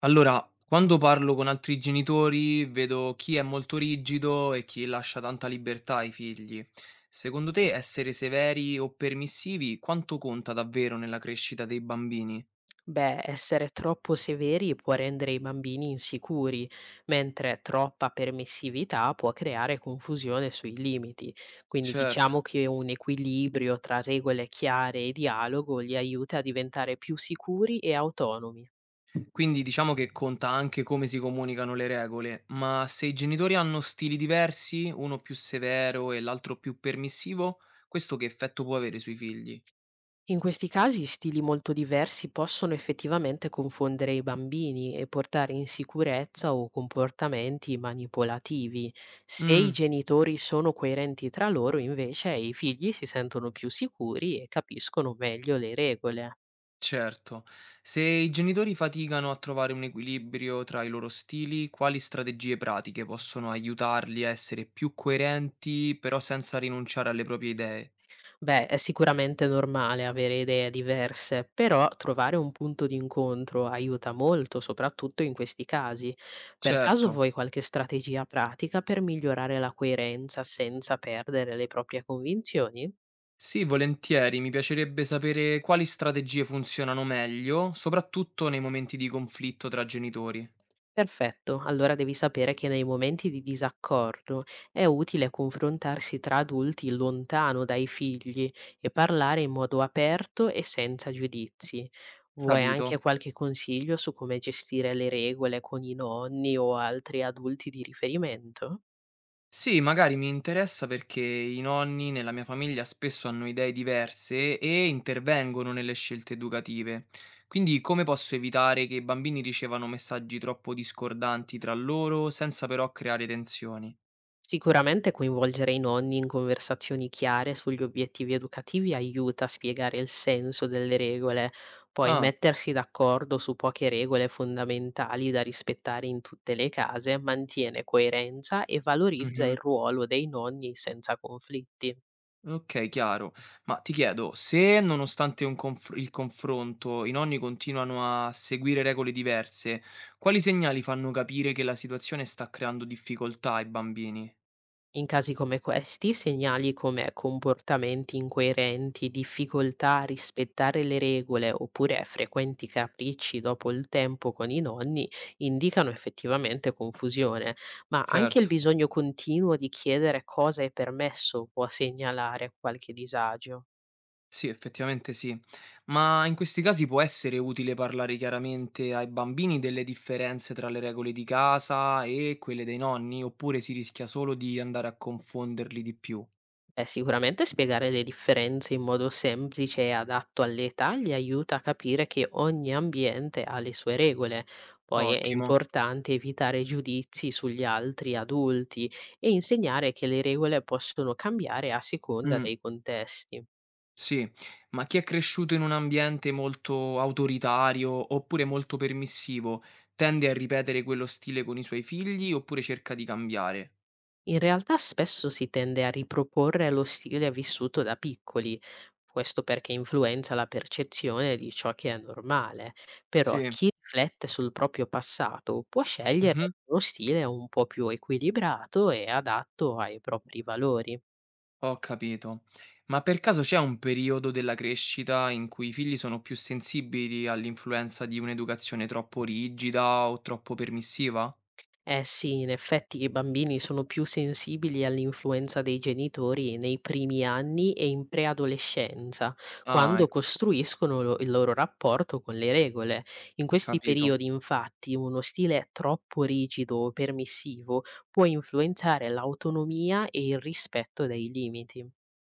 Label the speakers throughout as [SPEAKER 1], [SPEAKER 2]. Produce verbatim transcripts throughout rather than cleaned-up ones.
[SPEAKER 1] Allora, quando parlo con altri genitori vedo chi è molto rigido e chi lascia tanta libertà ai figli. Secondo te essere severi o permissivi quanto conta davvero nella crescita dei bambini?
[SPEAKER 2] Beh, essere troppo severi può rendere i bambini insicuri, mentre troppa permissività può creare confusione sui limiti. Quindi
[SPEAKER 1] Certo.
[SPEAKER 2] diciamo che un equilibrio tra regole chiare e dialogo li aiuta a diventare più sicuri e autonomi.
[SPEAKER 1] Quindi diciamo che conta anche come si comunicano le regole, ma se i genitori hanno stili diversi, uno più severo e l'altro più permissivo, questo che effetto può avere sui figli?
[SPEAKER 2] In questi casi stili molto diversi possono effettivamente confondere i bambini e portare insicurezza o comportamenti manipolativi. Se i
[SPEAKER 1] Mm.
[SPEAKER 2] genitori sono coerenti tra loro, invece, i figli si sentono più sicuri e capiscono meglio le regole.
[SPEAKER 1] Certo, se i genitori faticano a trovare un equilibrio tra i loro stili, quali strategie pratiche possono aiutarli a essere più coerenti, però senza rinunciare alle proprie idee?
[SPEAKER 2] Beh, è sicuramente normale avere idee diverse, però trovare un punto di incontro aiuta molto, soprattutto in questi casi. Per caso
[SPEAKER 1] Certo,
[SPEAKER 2] vuoi qualche strategia pratica per migliorare la coerenza senza perdere le proprie convinzioni?
[SPEAKER 1] sì, volentieri, mi piacerebbe sapere quali strategie funzionano meglio, soprattutto nei momenti di conflitto tra genitori.
[SPEAKER 2] Perfetto, allora devi sapere che nei momenti di disaccordo è utile confrontarsi tra adulti lontano dai figli e parlare in modo aperto e senza giudizi. Vuoi anche
[SPEAKER 1] Capito?
[SPEAKER 2] qualche consiglio su come gestire le regole con i nonni o altri adulti di riferimento?
[SPEAKER 1] Sì, magari mi interessa perché i nonni nella mia famiglia spesso hanno idee diverse e intervengono nelle scelte educative. Quindi come posso evitare che i bambini ricevano messaggi troppo discordanti tra loro senza però creare tensioni?
[SPEAKER 2] Sicuramente coinvolgere i nonni in conversazioni chiare sugli obiettivi educativi aiuta a spiegare il senso delle regole, poi
[SPEAKER 1] Ah,
[SPEAKER 2] mettersi d'accordo su poche regole fondamentali da rispettare in tutte le case mantiene coerenza e valorizza il
[SPEAKER 1] mhm,
[SPEAKER 2] ruolo dei nonni senza conflitti.
[SPEAKER 1] ok, chiaro. Ma ti chiedo, se nonostante un conf- il confronto i nonni continuano a seguire regole diverse, quali segnali fanno capire che la situazione sta creando difficoltà ai bambini?
[SPEAKER 2] In casi come questi, segnali come comportamenti incoerenti, difficoltà a rispettare le regole oppure frequenti capricci dopo il tempo con i nonni indicano effettivamente confusione, ma anche il
[SPEAKER 1] Certo.
[SPEAKER 2] bisogno continuo di chiedere cosa è permesso può segnalare qualche disagio.
[SPEAKER 1] Sì, effettivamente sì. Ma in questi casi può essere utile parlare chiaramente ai bambini delle differenze tra le regole di casa e quelle dei nonni, oppure si rischia solo di andare a confonderli di più?
[SPEAKER 2] Beh, sicuramente spiegare le differenze in modo semplice e adatto all'età gli aiuta a capire che ogni ambiente ha le sue regole. Poi è
[SPEAKER 1] Ottimo.
[SPEAKER 2] importante evitare giudizi sugli altri adulti e insegnare che le regole possono cambiare a seconda
[SPEAKER 1] Mm,
[SPEAKER 2] dei contesti.
[SPEAKER 1] sì, ma chi è cresciuto in un ambiente molto autoritario oppure molto permissivo tende a ripetere quello stile con i suoi figli oppure cerca di cambiare?
[SPEAKER 2] In realtà spesso si tende a riproporre lo stile vissuto da piccoli, questo perché influenza la percezione di ciò che è normale, però
[SPEAKER 1] Sì.
[SPEAKER 2] chi riflette sul proprio passato può scegliere uno stile un po' più equilibrato e adatto ai propri valori.
[SPEAKER 1] Ho capito. Ma per caso c'è un periodo della crescita in cui i figli sono più sensibili all'influenza di un'educazione troppo rigida o troppo permissiva?
[SPEAKER 2] Eh sì, in effetti i bambini sono più sensibili all'influenza dei genitori nei primi anni e in preadolescenza,
[SPEAKER 1] Ah,
[SPEAKER 2] quando
[SPEAKER 1] ec-
[SPEAKER 2] costruiscono lo- il loro rapporto con le regole. In questi
[SPEAKER 1] Capito.
[SPEAKER 2] periodi, infatti, uno stile troppo rigido o permissivo può influenzare l'autonomia e il rispetto dei limiti.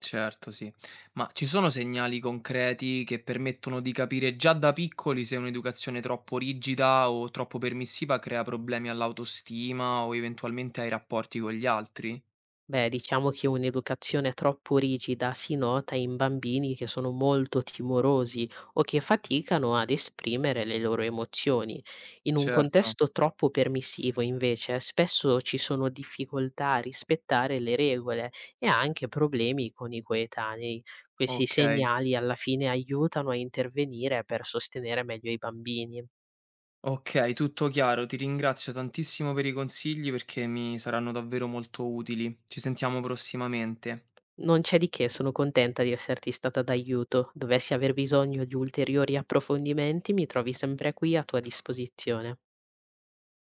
[SPEAKER 1] Certo, sì. Ma ci sono segnali concreti che permettono di capire già da piccoli se un'educazione troppo rigida o troppo permissiva crea problemi all'autostima o eventualmente ai rapporti con gli altri?
[SPEAKER 2] Beh, diciamo che un'educazione troppo rigida si nota in bambini che sono molto timorosi o che faticano ad esprimere le loro emozioni. In un
[SPEAKER 1] Certo.
[SPEAKER 2] contesto troppo permissivo, invece, spesso ci sono difficoltà a rispettare le regole e anche problemi con i coetanei. Questi
[SPEAKER 1] Ok.
[SPEAKER 2] segnali alla fine aiutano a intervenire per sostenere meglio i bambini.
[SPEAKER 1] Okay, tutto chiaro. Ti ringrazio tantissimo per i consigli perché mi saranno davvero molto utili. Ci sentiamo prossimamente.
[SPEAKER 2] Non c'è di che, sono contenta di esserti stata d'aiuto. Dovessi aver bisogno di ulteriori approfondimenti, mi trovi sempre qui a tua disposizione.